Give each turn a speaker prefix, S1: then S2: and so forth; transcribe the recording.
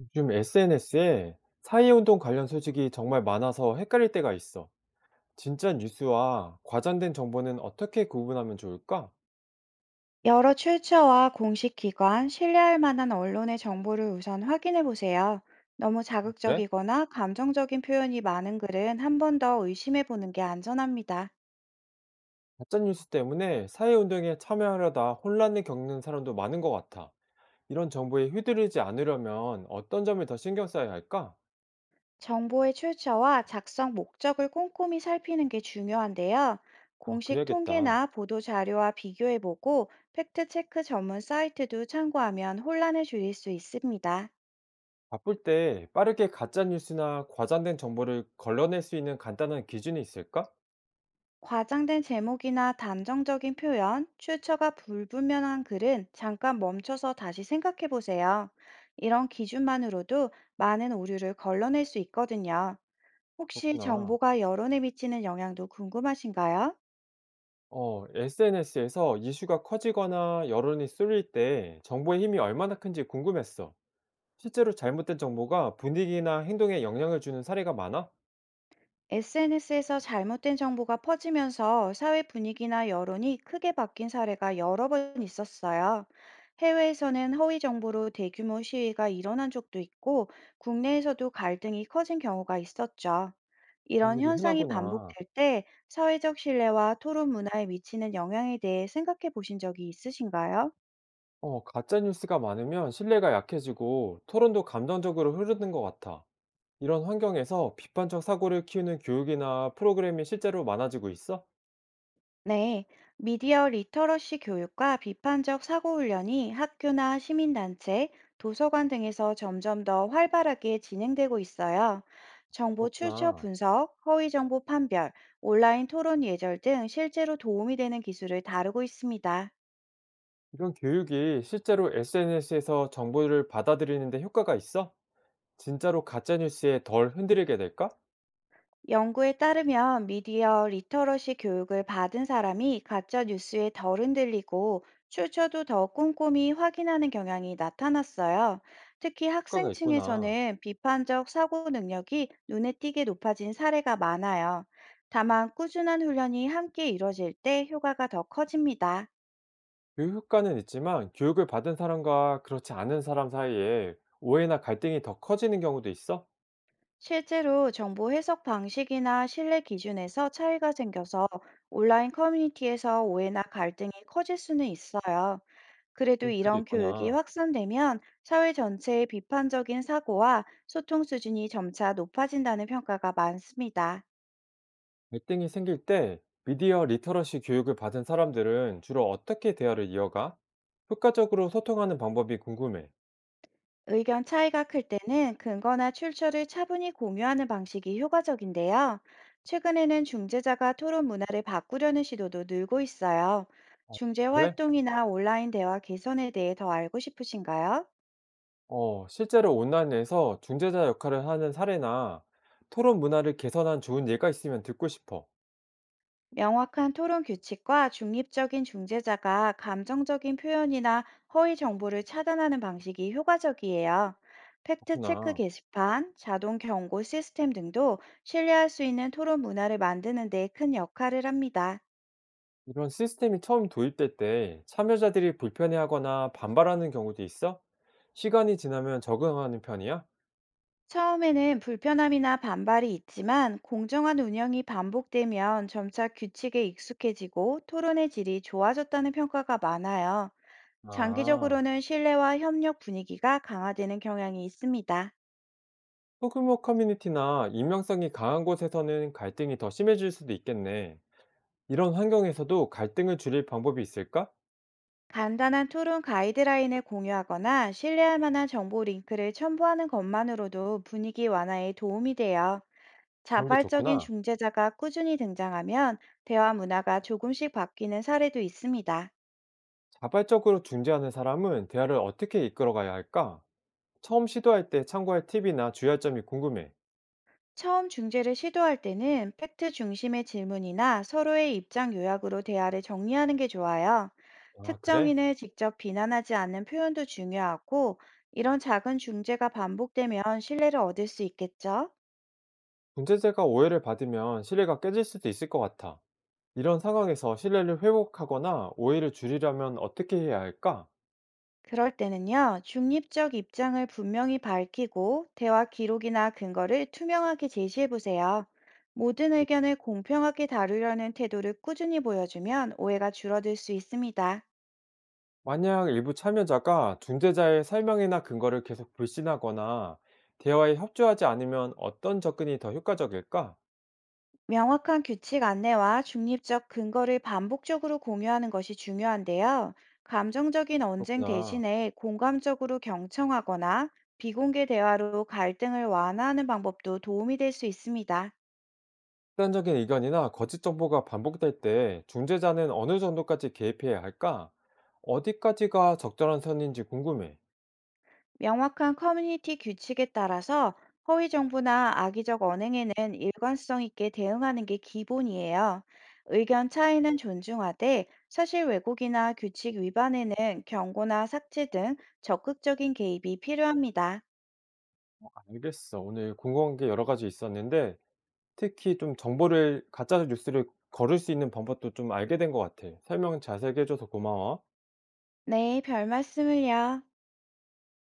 S1: 요즘 SNS에 사회운동 관련 소식이 정말 많아서 헷갈릴 때가 있어. 진짜 뉴스와 과장된 정보는 어떻게 구분하면 좋을까?
S2: 여러 출처와 공식 기관, 신뢰할 만한 언론의 정보를 우선 확인해 보세요. 너무
S1: 그래?
S2: 자극적이거나 감정적인 표현이 많은 글은 한 번 더 의심해 보는 게 안전합니다.
S1: 가짜 뉴스 때문에 사회운동에 참여하려다 혼란을 겪는 사람도 많은 것 같아. 이런 정보에 휘두르지 않으려면 어떤 점을 더 신경 써야 할까?
S2: 정보의 출처와 작성 목적을 꼼꼼히 살피는 게 중요한데요.
S1: 아,
S2: 공식
S1: 그래야겠다.
S2: 통계나 보도 자료와 비교해 보고 팩트체크 전문 사이트도 참고하면 혼란을 줄일 수 있습니다.
S1: 바쁠 때 빠르게 가짜 뉴스나 과장된 정보를 걸러낼 수 있는 간단한 기준이 있을까?
S2: 과장된 제목이나 단정적인 표현, 출처가 불분명한 글은 잠깐 멈춰서 다시 생각해 보세요. 이런 기준만으로도 많은 오류를 걸러낼 수 있거든요. 혹시
S1: 그렇구나.
S2: 정보가 여론에 미치는 영향도 궁금하신가요?
S1: 어, SNS에서 이슈가 커지거나 여론이 쏠릴 때 정보의 힘이 얼마나 큰지 궁금했어. 실제로 잘못된 정보가 분위기나 행동에 영향을 주는 사례가 많아?
S2: SNS에서 잘못된 정보가 퍼지면서 사회 분위기나 여론이 크게 바뀐 사례가 여러 번 있었어요. 해외에서는 허위 정보로 대규모 시위가 일어난 적도 있고, 국내에서도 갈등이 커진 경우가 있었죠.
S1: 그런
S2: 이런
S1: 일이
S2: 현상이
S1: 흔하구나.
S2: 반복될 때 사회적 신뢰와 토론 문화에 미치는 영향에 대해 생각해 보신 적이 있으신가요?
S1: 어, 가짜 뉴스가 많으면 신뢰가 약해지고 토론도 감정적으로 흐르는 것 같아. 이런 환경에서 비판적 사고를 키우는 교육이나 프로그램이 실제로 많아지고 있어?
S2: 네, 미디어 리터러시 교육과 비판적 사고 훈련이 학교나 시민단체, 도서관 등에서 점점 더 활발하게 진행되고 있어요. 정보 출처
S1: 그렇구나.
S2: 분석, 허위 정보 판별, 온라인 토론 예절 등 실제로 도움이 되는 기술을 다루고 있습니다.
S1: 이런 교육이 실제로 SNS에서 정보를 받아들이는데 효과가 있어? 진짜로 가짜 뉴스에 덜 흔들리게 될까?
S2: 연구에 따르면 미디어 리터러시 교육을 받은 사람이 가짜 뉴스에 덜 흔들리고 출처도 더 꼼꼼히 확인하는 경향이 나타났어요. 특히
S1: 효과가 있구나.
S2: 학생층에서는 비판적 사고 능력이 눈에 띄게 높아진 사례가 많아요. 다만 꾸준한 훈련이 함께 이뤄질 때 효과가 더 커집니다.
S1: 교육 효과는 있지만 교육을 받은 사람과 그렇지 않은 사람 사이에 오해나 갈등이 더 커지는 경우도 있어?
S2: 실제로 정보 해석 방식이나 신뢰 기준에서 차이가 생겨서 온라인 커뮤니티에서 오해나 갈등이 커질 수는 있어요. 그래도
S1: 그럴 수도
S2: 이런 교육이
S1: 있구나.
S2: 확산되면 사회 전체의 비판적인 사고와 소통 수준이 점차 높아진다는 평가가 많습니다.
S1: 갈등이 생길 때 미디어 리터러시 교육을 받은 사람들은 주로 어떻게 대화를 이어가? 효과적으로 소통하는 방법이 궁금해.
S2: 의견 차이가 클 때는 근거나 출처를 차분히 공유하는 방식이 효과적인데요. 최근에는 중재자가 토론 문화를 바꾸려는 시도도 늘고 있어요. 중재
S1: 그래?
S2: 활동이나 온라인 대화 개선에 대해 더 알고 싶으신가요?
S1: 어, 실제로 온라인에서 중재자 역할을 하는 사례나 토론 문화를 개선한 좋은 예가 있으면 듣고 싶어.
S2: 명확한 토론 규칙과 중립적인 중재자가 감정적인 표현이나 허위 정보를 차단하는 방식이 효과적이에요. 팩트체크
S1: 그렇구나.
S2: 게시판, 자동 경고 시스템 등도 신뢰할 수 있는 토론 문화를 만드는 데 큰 역할을 합니다.
S1: 이런 시스템이 처음 도입될 때 참여자들이 불편해하거나 반발하는 경우도 있어? 시간이 지나면 적응하는 편이야?
S2: 처음에는 불편함이나 반발이 있지만 공정한 운영이 반복되면 점차 규칙에 익숙해지고 토론의 질이 좋아졌다는 평가가 많아요.
S1: 아,
S2: 장기적으로는 신뢰와 협력 분위기가 강화되는 경향이 있습니다.
S1: 소규모 커뮤니티나 익명성이 강한 곳에서는 갈등이 더 심해질 수도 있겠네. 이런 환경에서도 갈등을 줄일 방법이 있을까?
S2: 간단한 토론 가이드라인을 공유하거나 신뢰할 만한 정보 링크를 첨부하는 것만으로도 분위기 완화에 도움이 돼요.
S1: 그런 게
S2: 자발적인
S1: 좋구나.
S2: 중재자가 꾸준히 등장하면 대화 문화가 조금씩 바뀌는 사례도 있습니다.
S1: 자발적으로 중재하는 사람은 대화를 어떻게 이끌어가야 할까? 처음 시도할 때 참고할 팁이나 주의할 점이 궁금해.
S2: 처음 중재를 시도할 때는 팩트 중심의 질문이나 서로의 입장 요약으로 대화를 정리하는 게 좋아요.
S1: 아, 그래?
S2: 특정인을 직접 비난하지 않는 표현도 중요하고, 이런 작은 중재가 반복되면 신뢰를 얻을 수 있겠죠?
S1: 중재자가 오해를 받으면 신뢰가 깨질 수도 있을 것 같아. 이런 상황에서 신뢰를 회복하거나 오해를 줄이려면 어떻게 해야 할까?
S2: 그럴 때는요, 중립적 입장을 분명히 밝히고 대화 기록이나 근거를 투명하게 제시해 보세요. 모든 의견을 공평하게 다루려는 태도를 꾸준히 보여주면 오해가 줄어들 수 있습니다.
S1: 만약 일부 참여자가 중재자의 설명이나 근거를 계속 불신하거나 대화에 협조하지 않으면 어떤 접근이 더 효과적일까?
S2: 명확한 규칙 안내와 중립적 근거를 반복적으로 공유하는 것이 중요한데요. 감정적인 언쟁
S1: 그렇구나.
S2: 대신에 공감적으로 경청하거나 비공개 대화로 갈등을 완화하는 방법도 도움이 될 수 있습니다.
S1: 극단적인 의견이나 거짓 정보가 반복될 때 중재자는 어느 정도까지 개입해야 할까? 어디까지가 적절한 선인지 궁금해.
S2: 명확한 커뮤니티 규칙에 따라서 허위 정보나 악의적 언행에는 일관성 있게 대응하는 게 기본이에요. 의견 차이는 존중하되 사실 왜곡이나 규칙 위반에는 경고나 삭제 등 적극적인 개입이 필요합니다.
S1: 알겠어. 오늘 궁금한 게 여러 가지 있었는데 특히 좀 정보를 가짜 뉴스를 거를 수 있는 방법도 좀 알게 된 것 같아. 설명 자세히게해 줘서 고마워.
S2: 네, 별 말씀을요.